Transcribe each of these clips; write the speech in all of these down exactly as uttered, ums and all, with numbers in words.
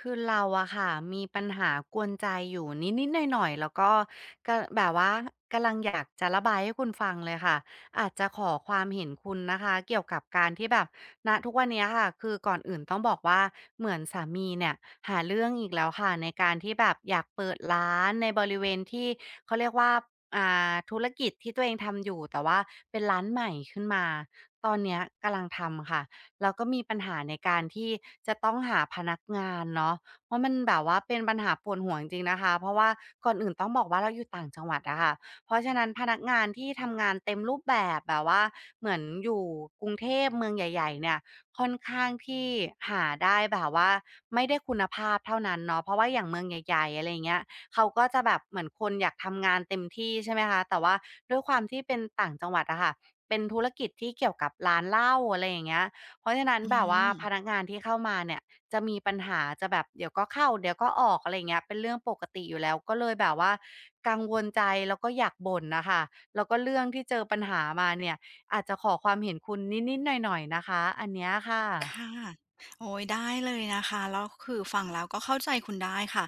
คือเราอะค่ะมีปัญหากวนใจอยู่นิดๆหน่อยๆแล้วก็กแบบว่ากำลังอยากจะระบายให้คุณฟังเลยค่ะอาจจะขอความเห็นคุณนะคะเกี่ยวกับการที่แบบณทุกวันเนี้ยค่ะคือก่อนอื่นต้องบอกว่าเหมือนสามีเนี่ยหาเรื่องอีกแล้วค่ะในการที่แบบอยากเปิดร้านในบริเวณที่เขาเรียกว่าอ่าธุรกิจที่ตัวเองทำอยู่แต่ว่าเป็นร้านใหม่ขึ้นมาตอนเนี้ยกำลังทำค่ะ แล้วก็มีปัญหาในการที่จะต้องหาพนักงานเนาะเพราะมันแบบว่าเป็นปัญหาปวดหัวจริงๆนะคะเพราะว่าก่อนอื่นต้องบอกว่าเราอยู่ต่างจังหวัดอะค่ะเพราะฉะนั้นพนักงานที่ทำงานเต็มรูปแบบแบบว่าเหมือนอยู่กรุงเทพเมืองใหญ่ๆเนี่ยค่อนข้างที่หาได้แบบว่าไม่ได้คุณภาพเท่านั้นเนาะเพราะว่าอย่างเมืองใหญ่ๆอะไรอย่างเงี้ยเขาก็จะแบบเหมือนคนอยากทำงานเต็มที่ใช่ไหมคะแต่ว่าด้วยความที่เป็นต่างจังหวัดอะค่ะเป็นธุรกิจที่เกี่ยวกับร้านเหล้าอะไรอย่างเงี้ย เพราะฉะนั้นอืแบบว่าพมนักงานที่เข้ามาเนี่ยจะมีปัญหาจะแบบเดี๋ยวก็เข้าเดี๋ยวก็ออกอะไรงเงี้ยเป็นเรื่องปกติอยู่แล้วก็เลยแบบว่ากังวลใจแล้วก็อยากบ่นน่ะค่ะแล้วก็เรื่องที่เจอปัญหามาเนี่ยอาจจะขอความเห็นคุณนิดๆหน่อยๆนะคะอันเนี้ยค่ะค่ะโอ้ยได้เลยนะคะแล้วคือฟังแล้วก็เข้าใจคุณได้ค่ะ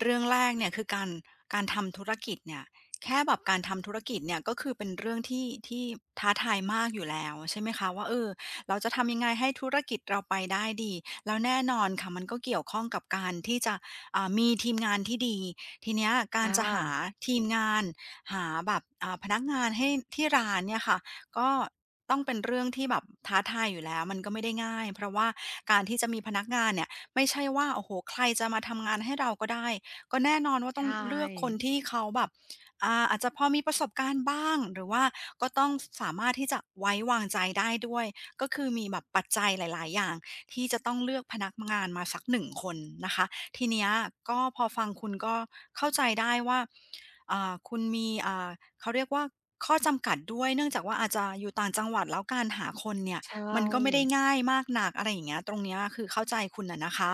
เรื่องแรกเนี่ยคือการการทำธุรกิจเนี่ยแค่แบบการทำธุรกิจเนี่ยก็คือเป็นเรื่องที่ที่ท้าทายมากอยู่แล้วใช่ไหมคะว่าเออเราจะทำยังไงให้ธุรกิจเราไปได้ดีแล้วแน่นอนค่ะมันก็เกี่ยวข้องกับการที่จะอ่ามีทีมงานที่ดีทีเนี้ยการค่ะจะหาทีมงานหาแบบอ่าพนักงานให้ที่ร้านเนี่ยค่ะก็ ต้องเป็นเรื่องที่แบบท้าทายอยู่แล้วมันก็ไม่ได้ง่ายเพราะว่าการที่จะมีพนักงานเนี่ยไม่ใช่ว่าโอ้โฮใครจะมาทำงานให้เราก็ได้ก็แน่นอนว่าต้ใชอง่เลือกคนที่เขาแบบอ่าอาจจะพอมีประสบการณ์บ้างหรือว่าก็ต้องสสามารถที่จะไว้วางใจได้ด้วยก็คือมีแบบปัจจัยหลายๆอย่างที่จะต้องเลือกพนักงานมาสักหนึ่งคนนะคะ ทีเนี้ยก็พอฟังคุณก็เข้าใจได้ว่าอ่าคุณมีอ่าเขาเรียกว่าข้อจำกัดด้วยเนื่องจากว่าอาจจะอยู่ต่างจังหวัดแล้วการหาคนเนี่ยใชมันก็ไม่ได้่ง่ายมากหนักอะไรอย่างเงี้ยตรงเนี้ยคือเข้าใจคุณน่ะนะคะ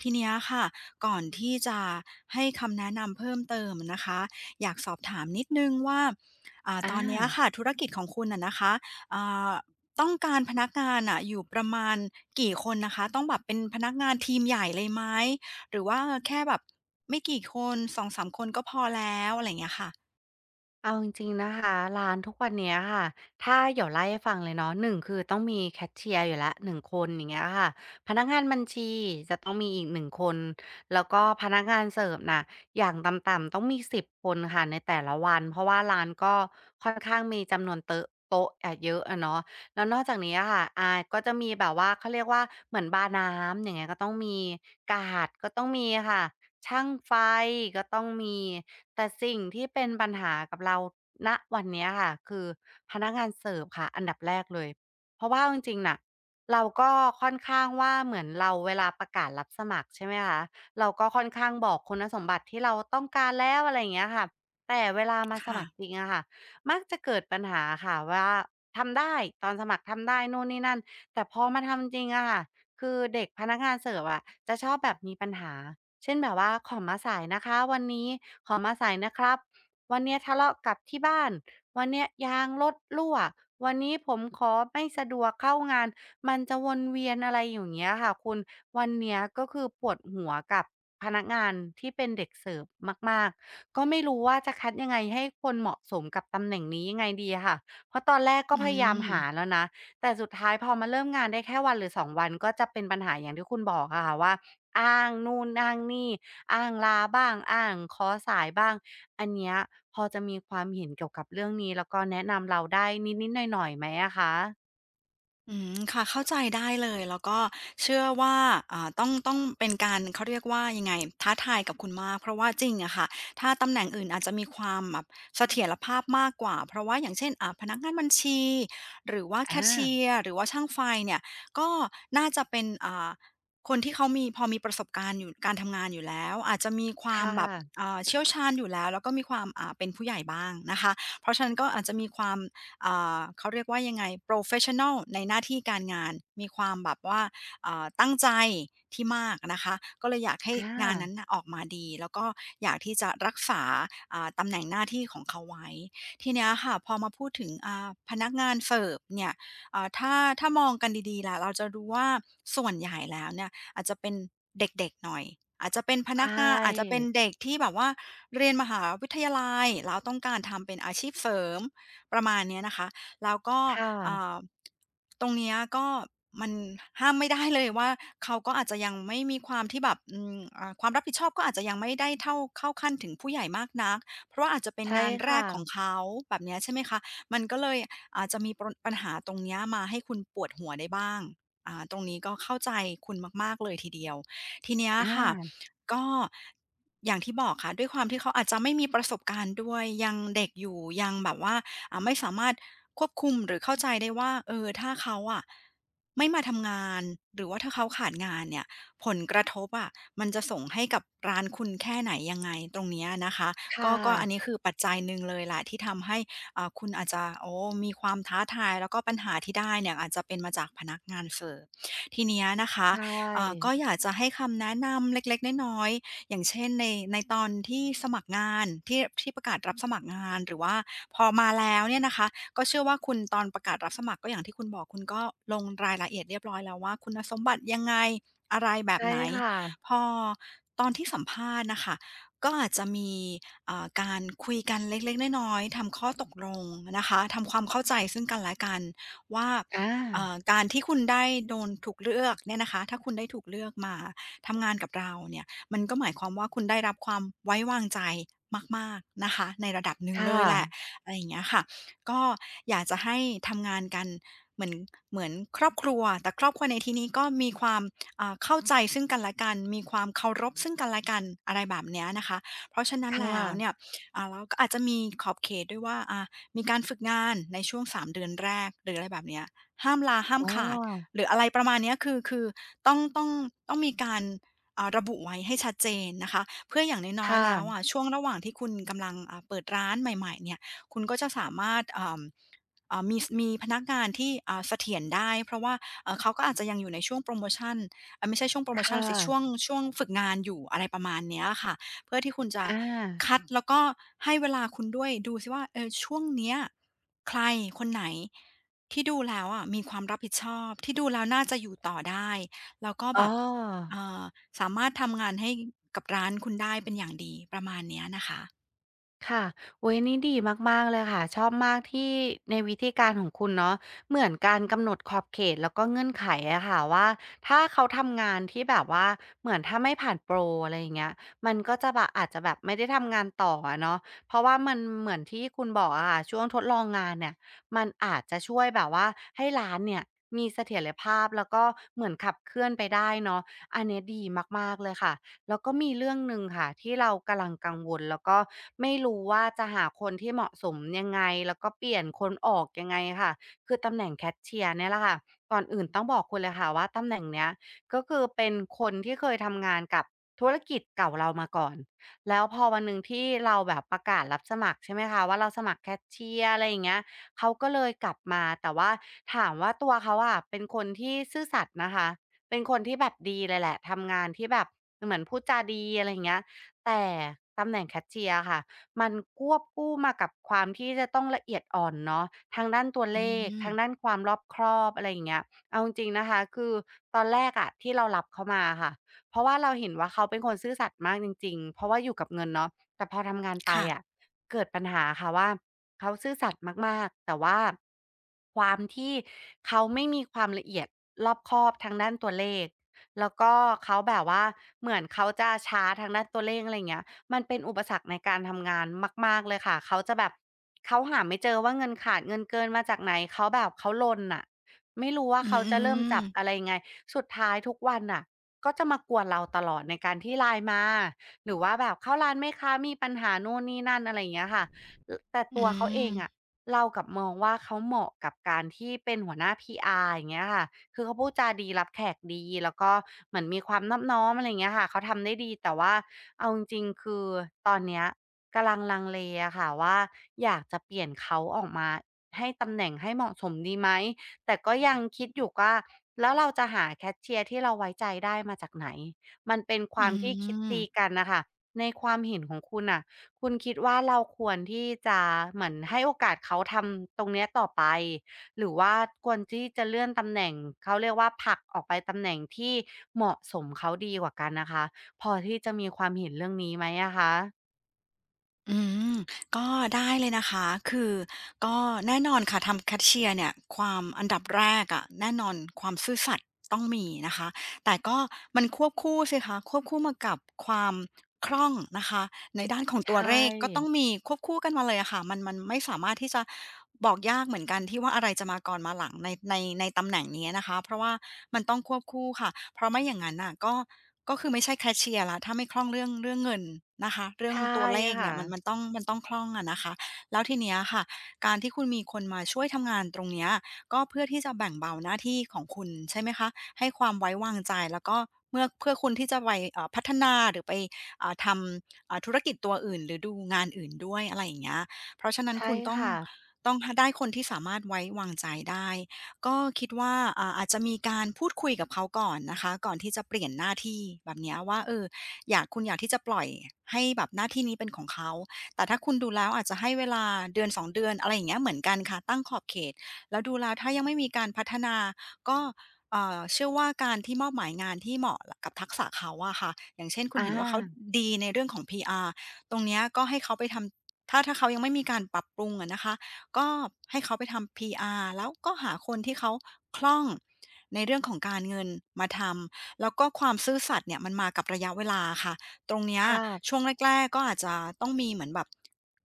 ทีเนี้ยค่ะก่อนที่จะให้คำแนะนำเพิ่มเติมอะนะคะอยากสอบถามนิดหนึ่งว่าอ่าตอา อนเนี้ยค่ะธุรกิจของคุณน่ะนะคะอ่าต้องการพนักงานน่ะอยู่ประมาณกี่คนนะคะต้องแบบเป็นพนักงานทีมใหญ่เลยไหม หรือว่าแค่แบบไม่กี่คนสองถึงสามคนก็พอแล้วอะไรอย่างเงี้ยค่ะเอาจริงๆนะคะร้านทุกวันเนี้ยค่ะถ้าเดี๋ยวไล่ให้ฟังเลยเนาะหนึ่งคือต้องมีแคชเชียร์อยู่ละหนึ่หนึ่งคนอย่างเงี้ยค่ะพนักงานบัญชีจะต้องมีอีกหนึ่งคนแล้วก็พนักงานเสิร์ฟน่ะอย่างต่ำๆต้องมีสิบคนค่ะในแต่ละวันเพราะว่าร้านก็ค่อนข้างมีจำนวนเตอะโต๊ะอะเยอะอะเนาะแล้วนอกจากนี้อะค่ะอาก็จะมีแบบว่าเขาเรียกว่าเหมือนบาร์น้ำอย่างเงี้ยก็ต้องมีกาดก็ต้องมีค่ะ ช่างไฟก็ต้องมีแต่สิ่งที่เป็นปัญหากับเราณวันเนี้ยค่ะคือพนักงานเสิร์ฟค่ะอันดับแรกเลยเพราะว่าเอาจริงๆน่ะเราก็ค่อนข้างว่าเหมือนเราเวลาประกาศรับสมัครใช่ไหมคะเราก็ค่อนข้างบอกคุณสมบัติที่เราต้องการแล้วอะไรอย่างเงี้ยค่ะแต่เวลามาสค่ะมัครจริงอะค่ะมักจะเกิดปัญหาค่ะว่าทำได้ตอนสมัครทำได้นู่นนี่นั่นแต่พอมาทำจริงอะค่ะคือเด็กพนักงานเสิร์ฟอะจะชอบแบบมีปัญหา เช่นแบบว่าขอมาสายนะคะวันนี้ขอมาสายนะครับวันเนี้ยทะเลาะกับที่บ้านวันเนี้ยยางรถรั่ววันนี้ผมขอไม่สะดวกเข้างานมันจะวนเวียนอะไรอยู่างเงี้ยค่ะคุณวันเนี้ยก็คือปวดหัวกับพนักงานที่เป็นเด็กเสิร์ฟมากๆก็ไม่รู้ว่าจะคัดยังไงให้คนเหมาะสมกับตำแหน่งนี้ยังไงดีอะค่ะเพราะตอนแรกก็อืพยายามหาม แล้วนะแต่สุดท้ายพอมาเริ่มงานได้แค่วันหรือสองวันก็จะเป็นปัญหาอย่างที่คุณบอกอะค่ะว่า อ้างนู่นอ้างนี่อ้างลาบ้างอ้างขอสายบ้างอันเนี้ยพอจะมีความเห็นเกี่ยวกับเรื่องนี้แล้วก็แนะนำเราได้นิดๆหน่อยๆไหมอะคะอืมค่ะเข้าใจได้เลยแล้วก็เชื่อว่าอ่าต้องต้องเป็นการเขาเรียกว่ายังไงท้าทายกับคุณมากเพราะว่าจริงอะค่ะถ้าตำแหน่งอื่นอาจจะมีความแบบเสถียรภาพมากกว่าเพราะว่าอย่างเช่นอ่าพนักงานบัญชีหรือว่าแคอชเชีายร์หรือว่าช่างไฟเนี่ยก็น่าจะเป็นอ่าคนที่เขามีพอมีประสบการณ์อยู่การทำงานอยู่แล้วอาจจะมีความค่ะแบบอ่าเชี่ยวชาญอยู่แล้วแล้วก็มีความอ่าเป็นผู้ใหญ่บ้างนะคะเพราะฉะนั้นก็อาจจะมีความ อ่าเขาเรียกว่ายังไงโ r รเฟ s ชั o น a ลในหน้าที่การงาน มีความแบบว่าอ่าตั้งใจที่มากนะคะ ก็เลยอยากให้อางานนั้นน่ะออกมาดี แล้วก็อยากที่จะรักษาอ่าตำแหน่งหน้าที่ของเขาไว้ ทีเนี้ยค่ะพอมาพูดถึงอ่าพนักงานเสิร์ฟเนี่ยอ่าถ้าถ้ามองกันดีๆล่ะเราจะดูว่าส่วนใหญ่แล้วเนี่ยอาจจะเป็นเด็กๆหน่อยอาจจะเป็นพนักใช่งานอาจจะเป็นเด็กที่แบบว่าเรียนมหาวิทยาลัยแล้วต้องการทำเป็นอาชีพเสริม ประมาณเนี้ยนะคะแล้วก็ค่ะเอ่อตรงเนี้ยก็มันห้ามไม่ได้เลยว่าเขาก็อาจจะยังไม่มีความที่แบบอืมอ่าความรับผิดชอบก็อาจจะยังไม่ได้เท่าเข้าขั้นถึงผู้ใหญ่มากนักเพราะว่าอาจจะเป็นใช่งานคแรกของ่ะเขาแบบเนี้ยใช่ไหมคะมันก็เลยอาจจะมีปรนปัญหาตรงเนี้ยมาให้คุณปวดหัวได้บ้างอ่าตรงนี้ก็เข้าใจคุณมากๆเลยทีเดียวทีเนี้ยอค่ะาก็อย่างที่บอกค่ะด้วยความที่เขาอาจจะไม่มีประสบการณ์ด้วยยังเด็กอยู่ยังแบบว่า อ่าไม่สามารถควบคุมหรือเข้าใจได้ว่าเออถ้าเขาอ่ะไม่มาทำงานหรือว่าถ้าเขาขาดงานเนี่ยผลกระทบอะมันจะส่งให้กับร้านคุณแค่ไหนยังไงตรงเนี้ยนะคะก็ค่ะก็อันนี้คือปัจจัยหนึ่งเลยแหละที่ทำให้อ่าคุณอาจจะโอ้มีความท้าทายแล้วก็ปัญหาที่ได้เนี่ยอาจจะเป็นมาจากพนักงานเสิร์ฟทีเนี้ยนะคะใชอ่าก็่อยากจะให้คำแนะนำเล็กๆน้อย อย่างเช่นในในตอนที่สมัครงานที่ที่ประกาศรับสมัครงานหรือว่าพอมาแล้วเนี่ยนะคะก็เชื่อว่าคุณตอนประกาศรับสมัครก็อย่างที่คุณบอกคุณก็ลงรายละเอียดเรียบร้อยแล้วว่าคุณสมบัติยังไงอะไรแบบใช่ไหนค่ะพอตอนที่สัมภาษณ์น่ะค่ะก็อาจจะมีอ่าการคุยกันเล็กๆน้อยๆทำข้อตกลงนะคะทำความเข้าใจซึ่งกันและกันว่าอาเอ่อการที่คุณได้โดนถูกเลือกเนี่ยนะคะถ้าคุณได้ถูกเลือกมาทำงานกับเราเนี่ย มันก็หมายความว่าคุณได้รับความไว้วางใจมากๆนะคะในระดับหนึ่งคเลยแหละ่ะอะไรอย่างเงี้ยค่ะก็อยากจะให้ทำงานกันเหมือนเหมือนครอบครัวแต่ครอบครัวในที่นี้ก็มีความอ่าเข้าใจซึ่งกันและกันมีความเคารพซึ่งกันและกันอะไรแบบเนี้ยนะคะเพราะฉะนั้นคแล้วเนี่ย่ะอ่าเราก็อาจจะมีขอบเขตด้วยว่าอ่ามีการฝึกงานในช่วงสามเดือนแรกหรืออะไรแบบเนี้ยห้ามลาห้ามอ้ขาดอหรืออะไรประมาณเนี้ยคือคือต้องต้องต้องมีการ อ่าระบุไว้ให้ชัดเจนนะคะเพื่ออย่างน้อยๆแล้วค่ะอะช่วงระหว่างที่คุณกำลังอ่าเปิดร้านใหม่ๆเนี่ยคุณก็จะสามารถอ่าอ่ามีมีพนักงานที่อ่าเสถียรได้เพราะว่าเอ่อเขาก็อาจจะยังอยู่ในช่วงโปรโมชันเออไม่ใช่ช่วงโปรคโมชันสิช่วง่ะช่วงฝึกงานอยู่อะไรประมาณเนี้ยค่ะเพื่อที่คุณจะอาคัดแล้วก็ให้เวลาคุณด้วยดูซิว่าเออช่วงเนี้ยใครคนไหนที่ดูแล้วอะมีความรับผิดชอบที่ดูแล้วน่าจะอยู่ต่อได้แล้วก็แบอ้อ บ เอ่อสามารถทำงานให้กับร้านคุณได้เป็นอย่างดีประมาณเนี้ยนะคะค่ะโอุ๊ยนี่ดีมากๆเลยค่ะชอบมากที่ในวิธีการของคุณเนาะเหมือนการกำหนดขอบเขตแล้วก็เงื่อนไขอะค่ะว่าถ้าเขาทำงานที่แบบว่าเหมือนถ้าไม่ผ่านโปรอะไรอย่างเงี้ยมันก็จะแบบอาจจะแบบไม่ได้ทำงานต่ออะเนาะเพราะว่ามันเหมือนที่คุณบอกอะค่ะช่วงทดลองงานเนี่ยมันอาจจะช่วยแบบว่าให้ร้านเนี่ยมีเสถียรภาพแล้วก็เหมือนขับเคลื่อนไปได้เนาะอันเนี้ยดีมากๆเลยค่ะ แล้วก็มีเรื่องหนึ่งค่ะที่เรากำลังกังวลแล้วก็ไม่รู้ว่าจะหาคนที่เหมาะสมยังไงแล้วก็เปลี่ยนคนออกยังไงค่ะคือตำแหน่งแคชเชียร์เนี่ยแหละค่ะก่อนอื่นต้องบอกคุณเลยค่ะว่าตำแหน่งเนี้ยก็คือเป็นคนที่เคยทำงานกับธุรกิจเก่าเรามาก่อนแล้วพอวันหนึ่งที่เราแบบประกาศรับสมัครใช่ไหมคะว่าเราสมัครแคชเชียร์อะไรอย่างเงี้ยเขาก็เลยกลับมาแต่ว่าถามว่าตัวเขาอะเป็นคนที่ซื่อสัตย์นะคะ เป็นคนที่แบบดีเลยแหละทำงานที่แบบเหมือนพูดจาดีอะไรอย่างเงี้ยแต่ตำแหน่งแคชเชียร์ค่ะมันควบคู่มากับความที่จะต้องละเอียดอ่อนเนาะทางด้านตัวอืเลขมทางด้านความรอบคอบอะไรอย่างเงี้ยเอาจริงๆนะคะคือตอนแรกอะที่เรารับเขามาค่ะเพราะว่าเราเห็นว่าเขาเป็นคนซื่อสัตย์มากจริงๆเพราะว่าอยู่กับเงินเนาะแต่พอทำงานไปค่ะอะเกิดปัญหาค่ะว่า เขาซื่อสัตย์มากๆแต่ว่าความที่เขาไม่มีความละเอียดรอบคอบทางด้านตัวเลขแล้วก็เขาแบบว่าเหมือนเขาจะช้าทางด้านตัวเลขอะไรอย่างเงี้ยมันเป็นอุปสรรคในการทำงานมากๆเลยค่ะเขาจะแบบเขาหาไม่เจอว่าเงินขาดเงินเกินมาจากไหนเขาแบบเขาลนน่ะไม่รู้ว่าอืมเขาอืจะเริ่มมจับอะไรยังไงสุดท้ายทุกวันน่ะก็จะมากวนเราตลอดในการที่ ไลน์ มาหรือว่าแบบเข้าร้านไหมคะมีปัญหานู่นนี่นั่นอะไรอย่างเงี้ยค่ะ แต่อตัวเขาเองือะเรากลับมองว่าเขาเหมาะกับการที่เป็นหัวหน้าพ r อาร์อย่างเงี้ยค่ะคือเขาพูดจาดีรับแขกดีแล้วก็เหมือนมีความนอบน้อมอะไรอย่างเงี้ยค่ะเขาทำได้ดีแต่ว่าเอาจริงๆคือตอนเนี้ยกำลังลังเลอะค่ะว่าอยากจะเปลี่ยนเขาออกมาให้ตำแหน่งให้เหมาะสมดีไหมแต่ก็ยังคิดอยู่ว่าแล้วเราจะหาแคชเชียร์ที่เราไว้ใจได้มาจากไหนมันเป็นความมที่คิดดีกันน่ะค่ะในความเห็นของคุณน่ะ คุณคิดว่าเราควรที่จะเหมือนให้โอกาสเขาทำตรงเนี้ยต่อไปหรือว่าควรที่จะเลื่อนตำแหน่งเขาเรียกว่าผลักออกไปตำแหน่งที่เหมาะสมเขาดีกว่ากันนะคะพอที่จะมีความเห็นเรื่องนี้ไหมอะคะอืมก็ได้เลยนะคะ คือก็แน่นอนค่ะทำแคชเชียร์เนี่ยความอันดับแรกอะแน่นอนความซื่อสัตย์ต้องมีนะคะ แต่ก็มันควบคู่สิคะควบคู่มากับความคล่องนะคะในด้านของตัวใช่เลขก็ต้องมีควบคู่กันมาเลยอะค่ะมันมันไม่สามารถที่จะบอกยากเหมือนกันที่ว่าอะไรจะมาก่อนมาหลังในในในตำแหน่งนี้นะคะเพราะว่ามันต้องควบคู่ค่ะเพราะไม่อย่างงั้นน่ะก็ก็คือไม่ใช่แคชเชียร์แล้วถ้าไม่คล่องเรื่องเรื่องเงินนะคะเรื่องใช่ตัวเลขเนี่ค่ะยมันมันต้องมันต้องคล่องอะนะคะแล้วทีเนี้ยค่ะการที่คุณมีคนมาช่วยทำงานตรงเนี้ย ก็เพื่อที่จะแบ่งเบาหน้าที่ของคุณใช่ไหมคะ ให้ความไว้วางใจแล้วก็เมื่อเพื่อคุณที่จะไปเอ่อพัฒนาหรือไปอ่าทำอ่าธุรกิจตัวอื่นหรือดูงานอื่นด้วยอะไรอย่างเงี้ยเพราะฉะนั้นใช่คุณต้องค่ะต้องหได้คนที่สามารถไว้วางใจได้ ก็คิดว่าอ่าอาจจะมีการพูดคุยกับเขาก่อนนะคะก่อนที่จะเปลี่ยนหน้าที่แบบเนี้ยว่าเอออยากคุณอยากที่จะปล่อยให้แบบหน้าที่นี้เป็นของเขาแต่ถ้าคุณดูแล้วอาจจะให้เวลาเดือนสองเดือนอะไรอย่างเงี้ยเหมือนกันค่ะตั้งขอบเขต แล้วดูแล้วถ้ายังไม่มีการพัฒนาก็เอ่อเชื่อว่าการที่มอบหมายงานที่เหมาะกับทักษะเขาอะค่ะอย่างเช่นคุณอเห็นว่าเขาาดีในเรื่องของพีอาร์ตรงเนี้ยก็ให้เขาไปทำถ้าถ้าเขายังไม่มีการปรับปรุงอะนะคะก็ให้เขาไปทำพีอาร์แล้วก็หาคนที่เขาคล่องในเรื่องของการเงินมาทำแล้วก็ความซื่อสัตย์เนี่ยมันมากับระยะเวลาค่ะตรงเนี้ยค่ะช่วงแรกๆก็อาจจะต้องมีเหมือนแบบ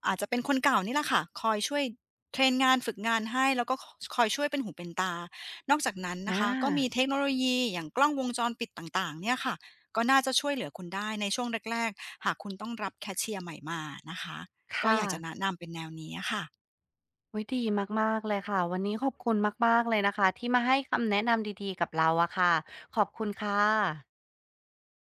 อาจจะเป็นคนเก่านี่แหละค่ะคอยช่วย เทรนงานฝึกงานให้แล้วก็คคอยช่วยเป็นหูเป็นตา นอกจากนั้นนะอาคะก็มีเทคโนโลยีอย่างกล้องวงจรปิดต่างๆเนี่ยค่ะก็น่าจะช่วยเหลือคุณได้ในช่วงแรกๆหากคุณต้องรับแคชเชียร์ใหม่มานะคะก็อค่ะยากจะแนะนำเป็นแนวนี้อะค่ะอุ๊ยดีมากๆเลยค่ะวันนี้ขอบคุณมากๆเลยนะคะที่มาให้คำแนะนำดีๆกับเราอะค่ะขอบคุณค่ะ